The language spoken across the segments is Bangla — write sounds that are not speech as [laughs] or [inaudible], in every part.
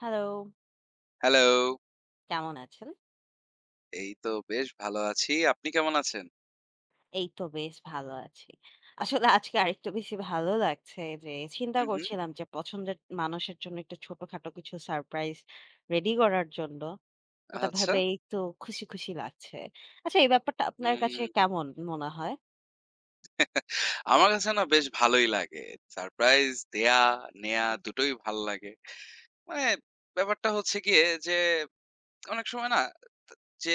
Hello, hello! কেমন আছেন? এই তো বেশ ভালো আছি। আপনি কেমন আছেন? এই তো বেশ ভালো আছি। আসলে আজকে আরেকটু বেশি ভালো লাগছে যে চিন্তা হুম, হুম। করছিলাম যে পছন্দের মানুষের জন্য একটু ছোটখাটো কিছু সারপ্রাইজ রেডি করার জন্য। ওটা আচ্ছা। ভেবেই একটু খুশি, খুশি লাগছে। আচ্ছা এই ব্যাপারটা আপনার কাছে উম কেমন মনে হয়? আমার কাছে না বেশ ভালোই লাগে। সারপ্রাইজ দেয়া, নেয়া দুটোই ভাল লাগে। মানে ব্যাপারটা হচ্ছে গিয়ে যে, অনেক সময় না যে,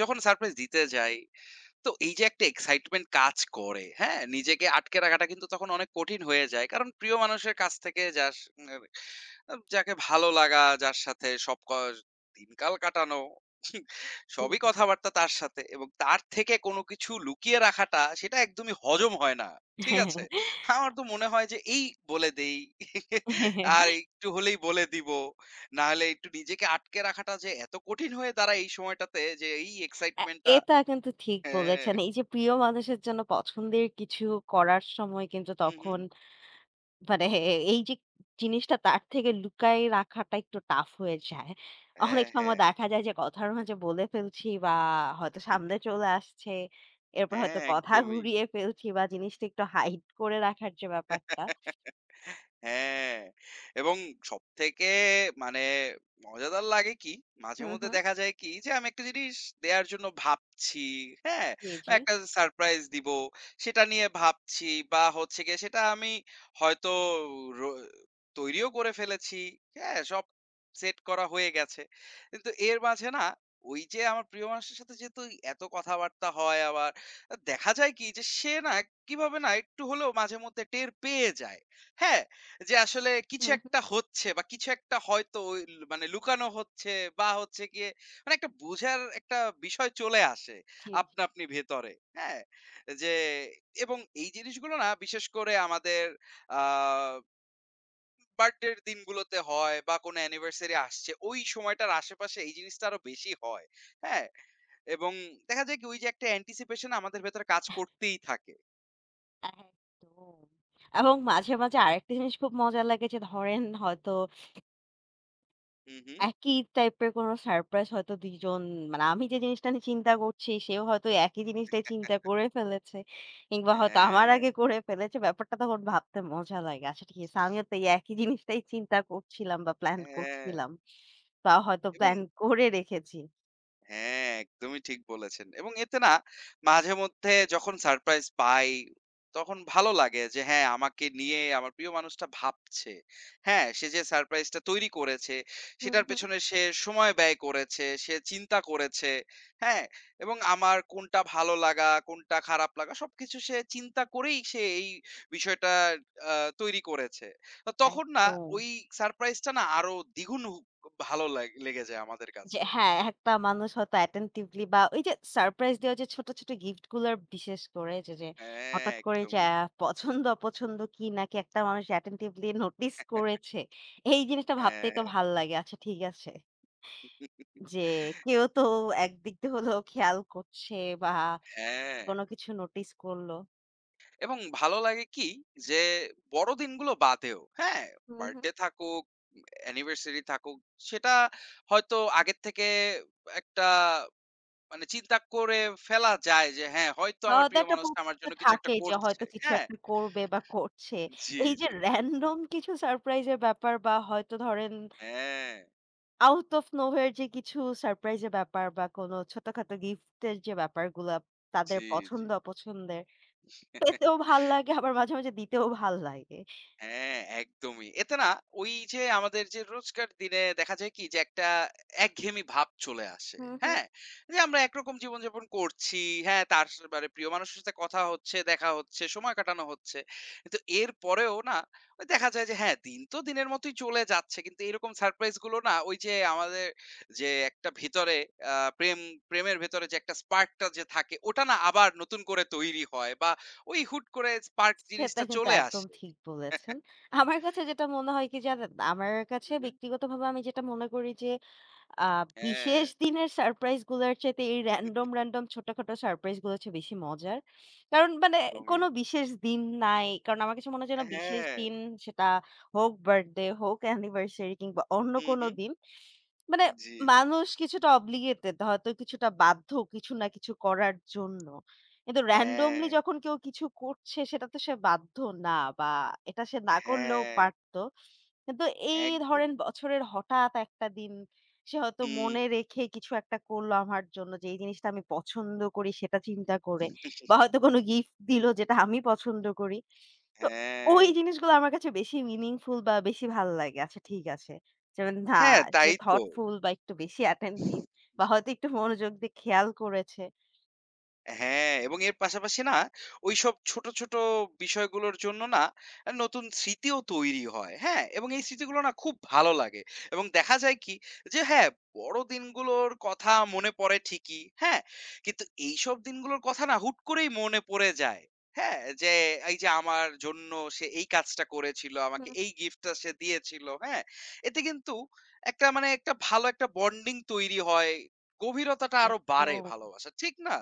যখন সারপ্রাইজ দিতে যাই তো এই যে একটা এক্সাইটমেন্ট কাজ করে, হ্যাঁ? নিজেকে আটকে রাখাটা কিন্তু তখন অনেক কঠিন হয়ে যায়। কারণ প্রিয় মানুষের কাছ থেকে যাস আ যাকে ভালো লাগা, যার সাথে সব দিনকাল কাটানো, হুম, সবই হুম। কথাবার্তা তার সাথে এবং তার থেকে কোনো কিছু লুকিয়ে রাখাটা সেটা একদমই হজম হয় না। ঠিক আছে? আমার তো মনে হয় যে এই বলে দেই। আর একটু হলেই বলে দিব। না হলে একটু নিজেকে আটকে রাখাটা যে এত কঠিন হয়ে দাঁড়ায় এই সময়টাতে যে এই আ এক্সাইটমেন্টটা এটা কিন্তু ঠিক হ্যাঁ। বলেছেন। এই যে প্রিয় মানুষের জন্য পছন্দের কিছু করার সময় কিন্তু হুম, হুম। তখন মানে এই যে জিনিসটা তার থেকে লুকায় রাখাটা একটু টাফ হয়ে যায়। হ্যাঁ, অনেক সময় হ্যাঁ। দেখা যায় যে কথার মাঝে বলে ফেলছি বা হয়তো সামনে চলে আসছে। এরপর হ্যাঁ, হয়তো কথা একদমই। ঘুরিয়ে ফেলছি বা জিনিসটা একটু হাইড করে রাখার যে ব্যাপারটা হ্যাঁ, এবং সবথেকে মানে মজাদার লাগে কি? মাঝে হুম, মধ্যে হুম। দেখা যায় কি? যে আমি একটা জিনিস দেয়ার জন্য ভাবছি, হ্যাঁ? জি, বা জি। একটা সারপ্রাইজ দিব। সেটা নিয়ে ভাবছি বা হচ্ছে গিয়ে সেটা আমি হয়তো র তৈরিও করে ফেলেছি। হ্যাঁ, সব সেট করা হয়ে গেছে। কিন্তু এর মাঝে না ওই যে আমার প্রিয় মানুষটার সাথে যেহেতু এত কথাবার্তা হয় আবার দেখা যায় কি যে সে না কিভাবে না একটু হলেও মাঝে মধ্যে টের পেয়ে যায়। হ্যাঁ? যে আসলে কিছু হুম, হুম। একটা হচ্ছে বা কিছু একটা হয়তো ওই মানে লুকানো হচ্ছে বা হচ্ছে গিয়ে মানে একটা বোঝার একটা বিষয় চলে আসে জি, জি। আপনা আপনি ভেতরে। হ্যাঁ? যে এবং এই জিনিসগুলো না বিশেষ করে আমাদের আ বার্থডে এর দিনগুলোতে হয় বা কোনো অ্যানিভার্সারি আসছে ওই সময়টার আশেপাশে এই জিনিসটা আরো বেশি হয়। হ্যাঁ? এবং দেখা যায় কি ওই যে একটা anticipation আমাদের ভেতরে কাজ করতেই থাকে। একদম। এবং মাঝে, মাঝে আরেকটা জিনিস খুব মজা লাগে যে ধরেন হয়তো হুম, হুম। একই টাইপের কোনো সারপ্রাইজ হয়তো ২ জন মানে আমি যে জিনিসটা নিয়ে চিন্তা করছি, সেও হয়তো একই জিনিসটাই চিন্তা করে ফেলেছে। কিংবা হয়তো আমার হ্যাঁ, আগে করে ফেলেছে। ব্যাপারটা তখন ভাবতে মজা লাগে। আচ্ছা ঠিক আছে, আমিও তো এই একই জিনিসটাই চিন্তা করছিলাম বা প্ল্যান হ্যাঁ করছিলাম। বা হয়তো এবং প্ল্যান করে রেখেছি। হ্যাঁ, একদমই ঠিক বলেছেন। এবং এতে না মাঝেমধ্যে যখন সারপ্রাইজ পাই, তখন ভালো লাগে যে হ্যাঁ, আমাকে নিয়ে আমার প্রিয় মানুষটা ভাবছে। হ্যাঁ, সে যে সারপ্রাইজটা তৈরি করেছে, হুম, সেটার হুম। পেছনে সে সময় ব্যয় করেছে, সে চিন্তা করেছে। হ্যাঁ? এবং আমার কোনটা ভালো লাগা, কোনটা খারাপ লাগা সবকিছু সে চিন্তা করেই সে এই বিষয়টা আ তৈরি করেছে। তো তখন না একদম। ওই সারপ্রাইজটা না আরো দ্বিগুণ ভালো লেগে যায় আমাদের যে কাছে। হ্যাঁ, একটা মানুষ হয়তো attentively বা ওই যে সারপ্রাইজ দেওয়া যে ছোট, ছোট গিফট গুলার বিশেষ করে যে হ্যাঁ, হঠাৎ করে যে একদমই। আ পছন্দ অপছন্দ কি নাকি একটা মানুষ attentively নোটিস করেছে। এই জিনিসটা ভাবতেই হ্যাঁ, তো ভাল লাগে। আচ্ছা ঠিক আছে। যে কেউ তো একদিক দিয়ে হলেও খেয়াল করছে বা হ্যাঁ। কোনো কিছু নোটিস করলো। এবং ভালো লাগে কি যে বড় দিনগুলো বাদেও, হ্যাঁ? হুম, হুম। বার্থডে থাকুক, অ্যানিভার্সারি থাকুক, সেটা হয়তো আগের থেকে একটা মানে চিন্তা করে ফেলা যায় যে হ্যাঁ, হয়তো বা আমার হয়তো প্রিয় একটা মানুষটা আমার প্রত্যাশা জন্য কিছু একটা থাকেই যে করছে। হয়তো কিছু হ্যাঁ? একটা করবে বা করছে। জি, এই জি। যে র‍্যান্ডম কিছু সারপ্রাইজ এর ব্যাপার বা হয়তো ধরেন হ্যাঁ, আউট অফ নোহোয়্যার যে কিছু সারপ্রাইজ এর ব্যাপার বা কোনো ছোটখাটো গিফটের যে ব্যাপারগুলা তাদের জি, পছন্দ অপছন্দের জি। পেতেও ভাল লাগে আবার মাঝে, মাঝে দিতেও ভাল লাগে। হ্যাঁ, একদমই। এতে না ওই যে আমাদের যে রোজকার দিনে দেখা যায় কি যে একটা একঘেয়েমি ভাব চলে আসে। হুম, হুম। হ্যাঁ? যে আমরা একরকম জীবনযাপন করছি। হ্যাঁ, তার মানে প্রিয় মানুষের সাথে কথা হচ্ছে, দেখা হচ্ছে, সময় কাটানো হচ্ছে। কিন্তু এরপরেও না ওই দেখা যায় যে হ্যাঁ, দিন তো দিনের মতোই চলে যাচ্ছে। কিন্তু এরকম সারপ্রাইজ গুলো না ওই যে আমাদের যে একটা ভেতরে আ প্রেম প্রেমের ভেতরে যে একটা স্পার্ক টা যে থাকে ওটা না আবার নতুন করে তৈরি হয় বা ওই হুট করে স্পার্ক সেটা জিনিসটা কিন্তু চলে একদম আসে। ঠিক বলেছেন। আমার কাছে যেটা মনে হয় কি জানেন? আমার হু, কাছে হু। ব্যক্তিগতভাবে আমি যেটা মনে করি যে আ হ্যাঁ, বিশেষ দিনের সারপ্রাইজ গুলার চাইতে এই র‍্যান্ডম, র‍্যান্ডম ছোটখাটো সারপ্রাইজ গুলো হচ্ছে বেশি মজার। কারণ মানে একদমই। কোনো বিশেষ দিন নাই। কারণ আমার কাছে মনে হয় যেন বিশেষ হ্যাঁ, দিন সেটা হোক বার্থডে, হোক অ্যানিভার্সারি কিংবা অন্য হু, কোনো হু। দিন। মানে জি, জি। মানুষ কিছুটা obligated হয়তো কিছুটা বাধ্য কিছু না কিছু করার জন্য। কিন্তু হ্যাঁ, randomly যখন কেউ কিছু করছে সেটা তো সে বাধ্য না বা এটা সে না করলেও হ্যাঁ, পারত। কিন্তু এই একদম। ধরেন বছরের হঠাৎ একটা দিন সে হয়তো হুম, মনে রেখে কিছু একটা করলো আমার জন্য যে এই জিনিসটা আমি পছন্দ করি সেটা চিন্তা করে বা হয়তো কোনো গিফট দিল যেটা আমি পছন্দ করি। তো হ্যাঁ। ওই জিনিসগুলো আমার কাছে বেশি মিনিংফুল বা বেশি ভাল লাগে। আচ্ছা ঠিক আছে। যেমন না হ্যাঁ, তাই সে তো। থটফুল বা একটু বেশি অ্যাটেনটিভ বা হয়তো একটু মনোযোগ দিয়ে খেয়াল করেছে। হ্যাঁ, এবং এর পাশাপাশি না ঐসব ছোট, ছোট বিষয়গুলোর জন্য না নতুন স্মৃতিও তৈরি হয়। হ্যাঁ? এবং এই স্মৃতিগুলো না খুব ভালো লাগে। এবং দেখা যায় কি যে হ্যাঁ, বড় দিনগুলোর কথা মনে পড়ে ঠিকই। হ্যাঁ? কিন্তু এইসব দিনগুলোর কথা না হুট করেই মনে পড়ে যায়। হ্যাঁ? যে এই যে আমার জন্য সে এই কাজটা করেছিল, আমাকে হুম। এই গিফটটা সে দিয়েছিল। হ্যাঁ? এতে কিন্তু একটা মানে একটা ভালো একটা বন্ডিং তৈরি হয়। গভীরতাটা আরো বাড়ে একদম। ভালোবাসার। ঠিক না?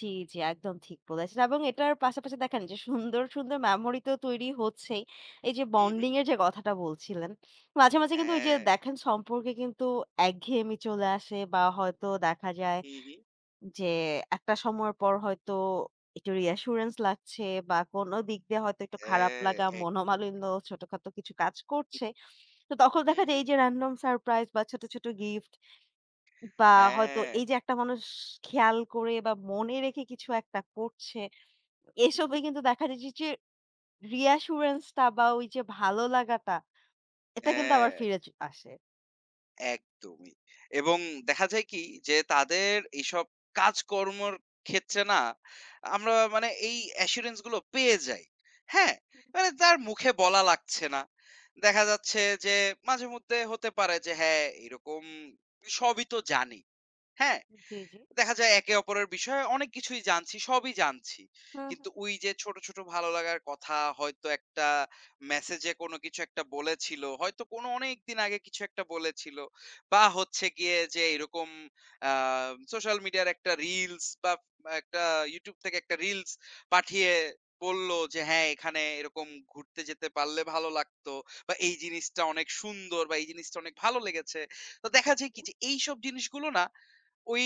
জি, জি একদম ঠিক বলেছেন। এবং এটার পাশাপাশি দেখেন যে সুন্দর, সুন্দর মেমোরি তো তৈরি হচ্ছেই। এই যে হুম, হুম। বন্ডিং এর যে কথাটা বলছিলেন, মাঝে, মাঝে কিন্তু ওই যে হ্যাঁ। দেখেন সম্পর্কে কিন্তু একঘেয়েমি চলে আসে বা হয়তো দেখা যায় হুম, হুম। যে একটা সময়ের পর হয়তো একটু reassurance লাগছে বা কোনো দিক দিয়ে হয়তো একটু খারাপ হ্যাঁ, লাগা, একদমই। মনোমালিন্য, ছোটখাটো কিছু কাজ করছে। তো তখন হুম, দেখা যায় হুম। এই যে random surprise বা ছোট, ছোট গিফট বা হয়তো হ্যাঁ, এই যে একটা মানুষ খেয়াল করে বা মনে রেখে কিছু একটা করছে, এসবে কিন্তু দেখা যায় যে যে reassurance টা বা ওই যে ভালো লাগাটা, এটা কিন্তু হ্যাঁ, আবার ফিরে আসে। একদমই। এবং দেখা যায় কি যে তাদের এইসব কাজকর্মর ক্ষেত্রে না আমরা মানে এই অ্যাসুরেন্স গুলো পেয়ে যাই। হ্যাঁ? মানে তার মুখে বলা লাগছে না। দেখা যাচ্ছে যে মাঝেমধ্যে হতে পারে যে হ্যাঁ, এরকম সবই তো জানি। হ্যাঁ? জি, জি। দেখা যায় একে অপরের বিষয়ে অনেক কিছুই জানছি, সবই জানছি। হুম, কিন্তু হুম ওই যে ছোট, ছোট ভালো লাগার কথা হয়তো একটা মেসেজে কোনো কিছু একটা বলেছিল, হয়তো কোনো অনেকদিন আগে কিছু একটা বলেছিল বা হচ্ছে গিয়ে যে এরকম আ সোশ্যাল মিডিয়ার একটা রিলস বা একটা YouTube থেকে একটা রিলস পাঠিয়ে বলল যে, "হ্যাঁ, এখানে এরকম ঘুরতে যেতে পারলে ভালো লাগতো বা এই জিনিসটা অনেক সুন্দর বা এই জিনিসটা অনেক ভালো লেগেছে।" তো দেখা যায় কি যে এইসব জিনিসগুলো না ওই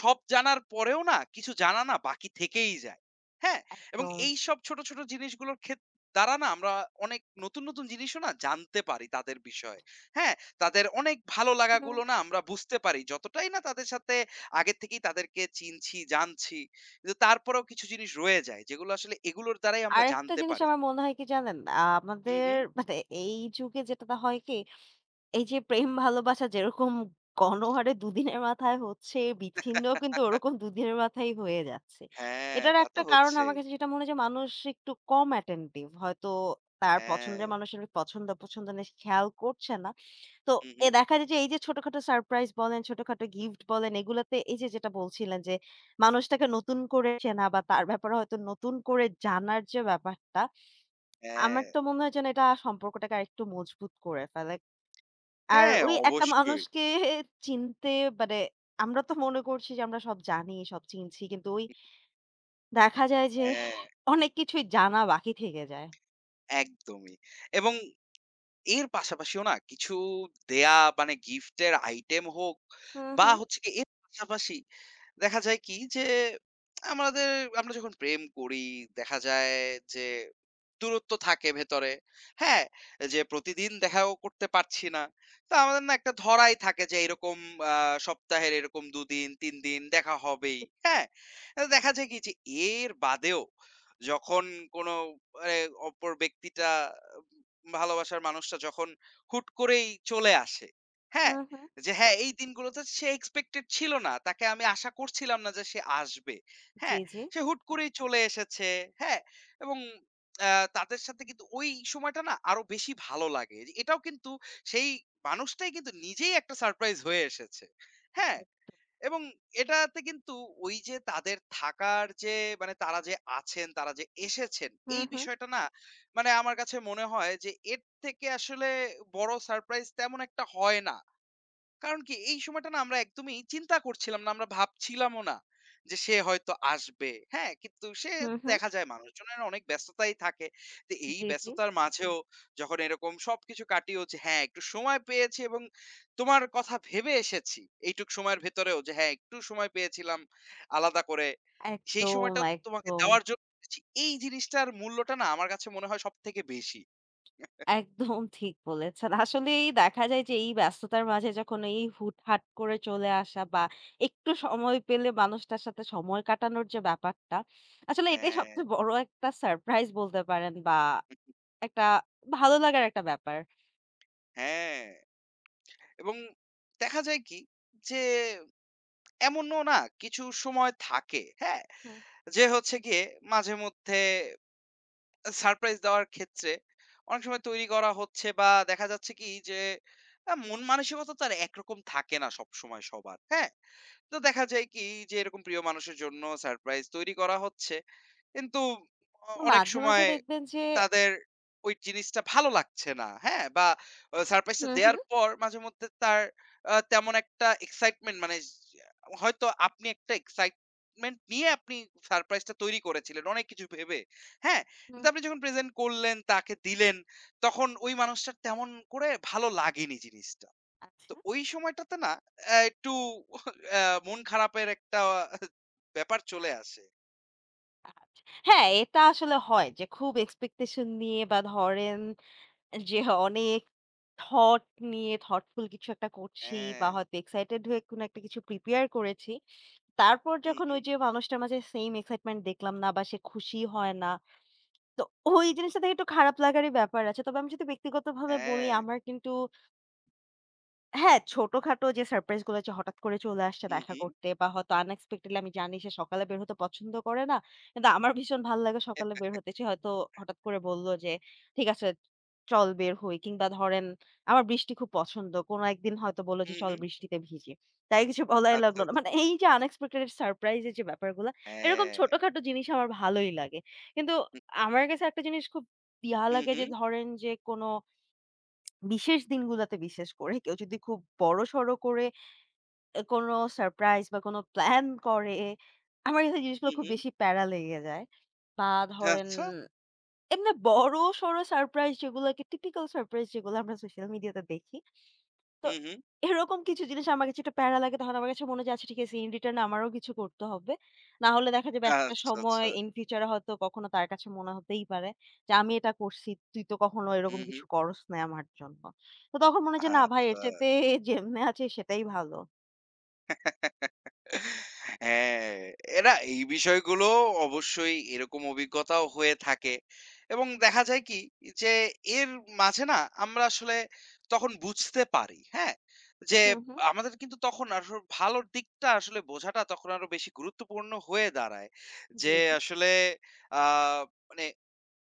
সব জানার পরেও না কিছু জানা না বাকি থেকেই যায়। হ্যাঁ? তো এবং এইসব ছোট, ছোট জিনিসগুলোর দ্বারা না আমরা অনেক নতুন, নতুন জিনিসও না জানতে পারি তাদের বিষয়ে। হ্যাঁ? তাদের অনেক ভালো হুম। লাগাগুলো না আমরা বুঝতে পারি। যতটাই না তাদের সাথে আগে থেকেই তাদেরকে চিনছি, জানছি। কিন্তু তারপরেও কিছু জিনিস রয়ে যায় যেগুলো আসলে এগুলোর দ্বারাই আমরা আরেকটা জানতে জিনিস পারি। আমার মনে হয় কি জানেন? হুম, আমাদের হুম। মানে এই যুগে যেটাতে হয় কি এই যে প্রেম ভালোবাসা যেরকম গণহারে দুদিনের মাথায় হচ্ছে, বিচ্ছিন্ন কিন্তু [laughs] ওরকম দুদিনের মাথায় হয়ে যাচ্ছে। হ্যাঁ, এটার তা তো একটা কারণ হচ্ছেই। আমার কাছে যেটা মনে হয় যে মানুষ একটু কম attentive। হয়তো তার হ্যাঁ। পছন্দের মানুষের পছন্দ অপছন্দ নিয়ে সে খেয়াল করছে না। তো হুম, এ হুম। দেখা যায় যে এই যে ছোটখাটো সারপ্রাইজ বলেন, ছোটখাটো গিফট বলেন এগুলাতে এই যে যেটা বলছিলেন যে মানুষটাকে নতুন করে চেনা বা তার ব্যাপারে হয়তো নতুন করে জানার যে ব্যাপারটা, হ্যাঁ। আমার তো মনে হয় যেন এটা সম্পর্কটাকে আরেকটু মজবুত করে ফেলে। আর হ্যাঁ, ওই একটা অবশ্যই। মানুষকে চিনতে মানে আমরা তো মনে করছি যে আমরা সব জানি, সব চিনছি। কিন্তু ওই দেখা যায় যে হ্যাঁ। অনেক কিছুই জানা বাকি থেকে যায়। একদমই। এবং এর পাশাপাশিও না কিছু দেয়া মানে গিফটের আইটেম হোক হুম, বা হুম, হচ্ছে গিয়ে এর পাশাপাশি দেখা যায় কি যে আমাদের আমরা যখন প্রেম করি দেখা যায় যে দূরত্ব থাকে ভেতরে। হ্যাঁ? যে প্রতিদিন দেখাও করতে পারছি না। তো আমাদের না একটা ধরাই থাকে যে এরকম আ সপ্তাহের এরকম ২ দিন ৩ দিন দেখা হবেই। হ্যাঁ? দেখা যায় কি যে এর বাদেও যখন কোনো মানে অপর ব্যক্তিটা ভালোবাসার মানুষটা যখন হুট করেই চলে আসে, হ্যাঁ? হুম, হুম। যে হ্যাঁ, এই দিনগুলোতে সে এক্সপেক্টেড ছিল না। তাকে আমি আশা করছিলাম না যে সে আসবে। জি, হ্যাঁ? জি। সে হুট করেই চলে এসেছে, হ্যাঁ? এবং আ তাদের সাথে কিন্তু ওই সময়টা না আরো বেশি ভালো লাগে। এটাও কিন্তু সেই মানুষটাই কিন্তু নিজেই একটা সারপ্রাইজ হয়ে এসেছে। হ্যাঁ? এক- এবং এটাতে কিন্তু ওই যে তাদের থাকার যে মানে তারা যে আছেন, তারা যে এসেছেন হুম, এই হুম, বিষয়টা না মানে আমার কাছে মনে হয় যে এর থেকে আসলে বড় সারপ্রাইজ তেমন একটা হয় না। কারণ কি এই সময়টা না আমরা একদমই চিন্তা করছিলাম না, আমরা ভাবছিলামও না যে সে হয়তো আসবে। হ্যাঁ? কিন্তু সে হুম, হুম। দেখা যায় মানুষজনের অনেক ব্যস্ততাই থাকে। তো এই জি, জি। ব্যস্ততার মাঝেও যখন এরকম সবকিছু কাটিয়ে উঠছি, হ্যাঁ, একটু সময় পেয়েছি এবং তোমার কথা ভেবে এসেছি। এইটুক সময়ের ভেতরেও যে হ্যাঁ, একটু সময় পেয়েছিলাম আলাদা করে। সেই একদম, সময়টাও তোমাকে একদম, দেওয়ার জন্য এসেছি। এই জিনিসটার মূল্যটা না আমার কাছে মনে হয় সবথেকে বেশি। একদম ঠিক বলেছেন। আসলেই দেখা যায় যে এই ব্যস্ততার মাঝে যখন এই হুটহাট করে চলে আসা বা একটু সময় পেলে মানুষটার সাথে সময় কাটানোর যে ব্যাপারটা, আসলে এটাই হ্যাঁ, সবচেয়ে বড় একটা সারপ্রাইজ বলতে পারেন বা একটা ভালো লাগার একটা ব্যাপার। হ্যাঁ এবং দেখা যায় কি যে এমনও না কিছু সময় থাকে, হ্যাঁ? হুম। যে হচ্ছে গিয়ে মাঝেমধ্যে সারপ্রাইজ দেওয়ার ক্ষেত্রে অনেক সময় তৈরি করা হচ্ছে বা দেখা যাচ্ছে কি যে মন মানসিকতা তো আর একরকম থাকে না সবসময় সবার, হ্যাঁ? তো দেখা যায় কি যে এরকম প্রিয় মানুষের জন্য সারপ্রাইজ তৈরি করা হচ্ছে। কিন্তু তো অনেক মাঝে, মাঝে সময় দেখবেন যে তাদের ওই জিনিসটা ভালো লাগছে না। হ্যাঁ? বা সারপ্রাইজটা হুম, দেয়ার হুম। পর মাঝেমধ্যে তার তেমন একটা এক্সাইটমেন্ট মানে হয়তো আপনি একটা এক্সাইটমেন্ট নিয়ে আপনি সারপ্রাইজটা তৈরি করেছিলেন অনেক কিছু ভেবে। হ্যাঁ? কিন্তু হুম, আপনি যখন প্রেজেন্ট করলেন, তাকে দিলেন, তখন ওই মানুষটার তেমন করে ভালো লাগেনি জিনিসটা। আচ্ছা, তো ওই সময়টাতে না একটু অ্যা মন খারাপের একটা ব্যাপার চলে আসে। আচ্ছা। হ্যাঁ, এটা আসলে হয় যে খুব এক্সপেকটেশন নিয়ে বা ধরেন যে অনেক থট নিয়ে থটফুল কিছু একটা করছি বা হ্যাঁ। হয়তো এক্সাইটেড হয়ে কোনো একটা কিছু প্রিপেয়ার করেছি। তারপর হু, যখন হু। ওই যে মানুষটার মাঝে সেইম এক্সাইটমেন্ট দেখলাম না বা সে খুশি হয় না। তো ওই জিনিসটা থেকে একটু খারাপ লাগারই ব্যাপার আছে। তবে আমি যদি ব্যক্তিগতভাবে বলি হ্যাঁ। আমার কিন্তু হ্যাঁ, ছোটখাটো যে সারপ্রাইজ গুলো যে হঠাৎ করে চলে আসছে হু, দেখা হু। করতে বা হয়তো আনএক্সপেক্টেডলি আমি জানি সে সকালে বের হতে পছন্দ করে না। কিন্তু আমার ভীষণ ভাল লাগে সকালে বের হতে। সে হয়তো হঠাৎ করে বলল যে, "ঠিক আছে চল বের হই।" কিংবা ধরেন আমার বৃষ্টি খুব পছন্দ। কোন একদিন হয়তো বলল হু, যে, "চল হু। বৃষ্টিতে ভিজি।" তাই কিছু বলাই আচ্ছা, লাগলো না। আচ্ছা। মানে এই যে আনএক্সপেক্টেড সারপ্রাইজ এর যে ব্যাপারগুলা, এরকম হ্যাঁ। ছোটখাটো জিনিস আমার ভালোই লাগে। কিন্তু আমার কাছে একটা জিনিস খুব ইয়া হু, লাগে হু, যে ধরেন যে কোনো বিশেষ দিনগুলাতে বিশেষ করে কেউ যদি খুব বড়সড় করে কোনো সারপ্রাইজ বা কোনো প্ল্যান করে, আমার কাছে হু, জিনিসগুলো খুব হু। বেশি প্যারা লেগে যায়। বা ধরেন আচ্ছা। এমনি বড়সড় সারপ্রাইজ যেগুলোকে টিপিক্যাল সারপ্রাইজ যেগুলো আমরা সোশ্যাল মিডিয়াতে দেখি, তো হু, হু। এরকম কিছু জিনিস আমার কাছে একটু প্যারা লাগে। তখন আমার কাছে মনে হয় যে, "আচ্ছা ঠিক আছে in return আমারও কিছু করতে হবে।" না হলে দেখা যাবে একটা আচ্ছা, সময় আচ্ছা। in future এ হয়তো কখনো তার কাছে মনে হতেই পারে যে, "আমি এটা করছি। তুই তো কখনো হু, এরকম হু। কিছু করস নাই আমার জন্য।" তো তখন মনে হয় যে, "না ভাই আচ্ছা। এর চাইতে যেমনে আছে সেটাই ভালো।" [laughs] হ্যাঁ, এরা এই বিষয়গুলো অবশ্যই এরকম অভিজ্ঞতাও হয়ে থাকে। এবং দেখা যায় কি যে এর মাঝে না আমরা আসলে তখন বুঝতে পারি, হ্যাঁ? যে হুম, হুম। আমাদের কিন্তু তখন আসলে ভালোর দিকটা আসলে বোঝাটা তখন আরো বেশি গুরুত্বপূর্ণ হয়ে দাঁড়ায়। জি, যে জি। আসলে আ মানে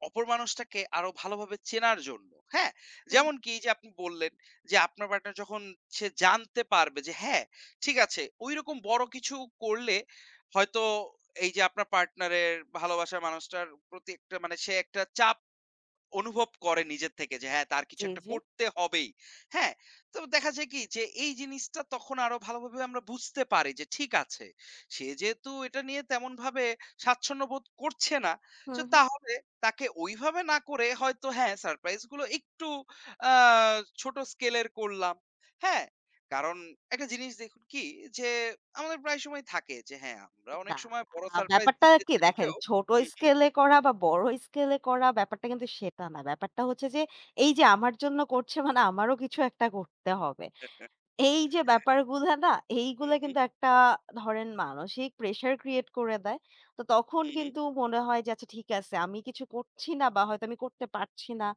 অপর মানুষটাকে আরো ভালোভাবে চেনার জন্য, হ্যাঁ? হুম, যেমন কি এই যে আপনি বললেন যে আপনার পার্টনার যখন সে জানতে পারবে যে হ্যাঁ, ঠিক আছে ঐরকম বড় কিছু করলে হয়তো এই যে আপনার পার্টনারের ভালোবাসার মানুষটার প্রতি একটা মানে সে একটা চাপ অনুভব করে নিজের থেকে যে হ্যাঁ তার কিছু জি, একটা জি। করতে হবেই। হ্যাঁ? তো দেখা যায় কি যে এই জিনিসটা তখন আরো ভালোভাবে আমরা বুঝতে পারি যে ঠিক আছে। সে যেহেতু এটা নিয়ে তেমনভাবে স্বাচ্ছন্দ্য বোধ করছে না। তো হুম, হুম। তাহলে তাকে ওইভাবে না করে হয়তো হ্যাঁ সারপ্রাইজ গুলো একটু আ ছোট স্কেলের করলাম। হ্যাঁ? কারণ একটা জিনিস দেখুন কি যে আমাদের প্রায় সময় থাকে যে হ্যাঁ আমরা অনেক না, সময় বড় সারপ্রাইজ ব্যাপারটা দিতে কি দেখেন চাইলেও ছোট হুম, হুম, স্কেলে করা বা বড় স্কেলে করা ব্যাপারটা কিন্তু সেটা না। ব্যাপারটা হচ্ছে যে এই যে আমার জন্য করছে মানে আমারও কিছু একটা করতে হবে। এই যে ব্যাপারগুলা না হুম, এইগুলা হুম, হুম, কিন্তু একটা ধরেন মানসিক প্রেশার ক্রিয়েট করে দেয়। তো তখন হুম, কিন্তু মনে হয় যে আচ্ছা ঠিক আছে আমি কিছু করছি না বা হয়তো আমি করতে পারছি না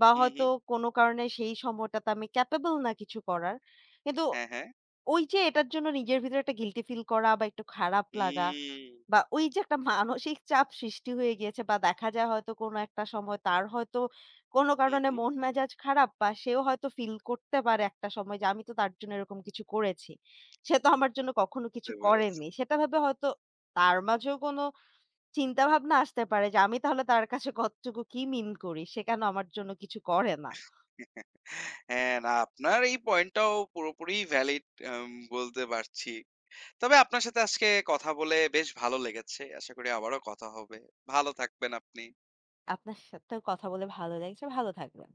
বা হুম, হয়তো হুম, কোনো কারণে সেই সময়টাতে আমি ক্যাপেবল না কিছু করার। কিন্তু হ্যাঁ, হ্যাঁ। ওই যে এটার জন্য নিজের ভিতরে একটা গিল্টি ফিল করা বা একটু খারাপ লাগা হুম, বা ওই যে একটা মানসিক চাপ সৃষ্টি হয়ে গিয়েছে বা দেখা যায় হয়তো কোনো একটা সময় তার হয়তো কোনো হু, কারণে হু। মন মেজাজ খারাপ বা সেও হয়তো ফিল করতে পারে একটা সময় যে আমি তো তার জন্য এরকম কিছু করেছি। সে তো আমার জন্য কখনো বুঝতে কিছু পেরেছি। করেনি। সেটা ভেবে হয়তো তার মাঝেও কোনো চিন্তাভাবনা আসতে পারে যে আমি তাহলে তার কাছে কতটুকু কি মিন করি? সে কেন আমার জন্য কিছু করে না? হ্যাঁ, না আপনার এই পয়েন্টটাও পুরোপুরি ভ্যালিড আম বলতে পারছি। তবে আপনার সাথে আজকে কথা বলে বেশ ভালো লেগেছে। আশা করি আবারও কথা হবে। ভালো থাকবেন আপনি। আপনার সাথেও কথা বলে ভালো লাগছে। ভালো থাকবেন।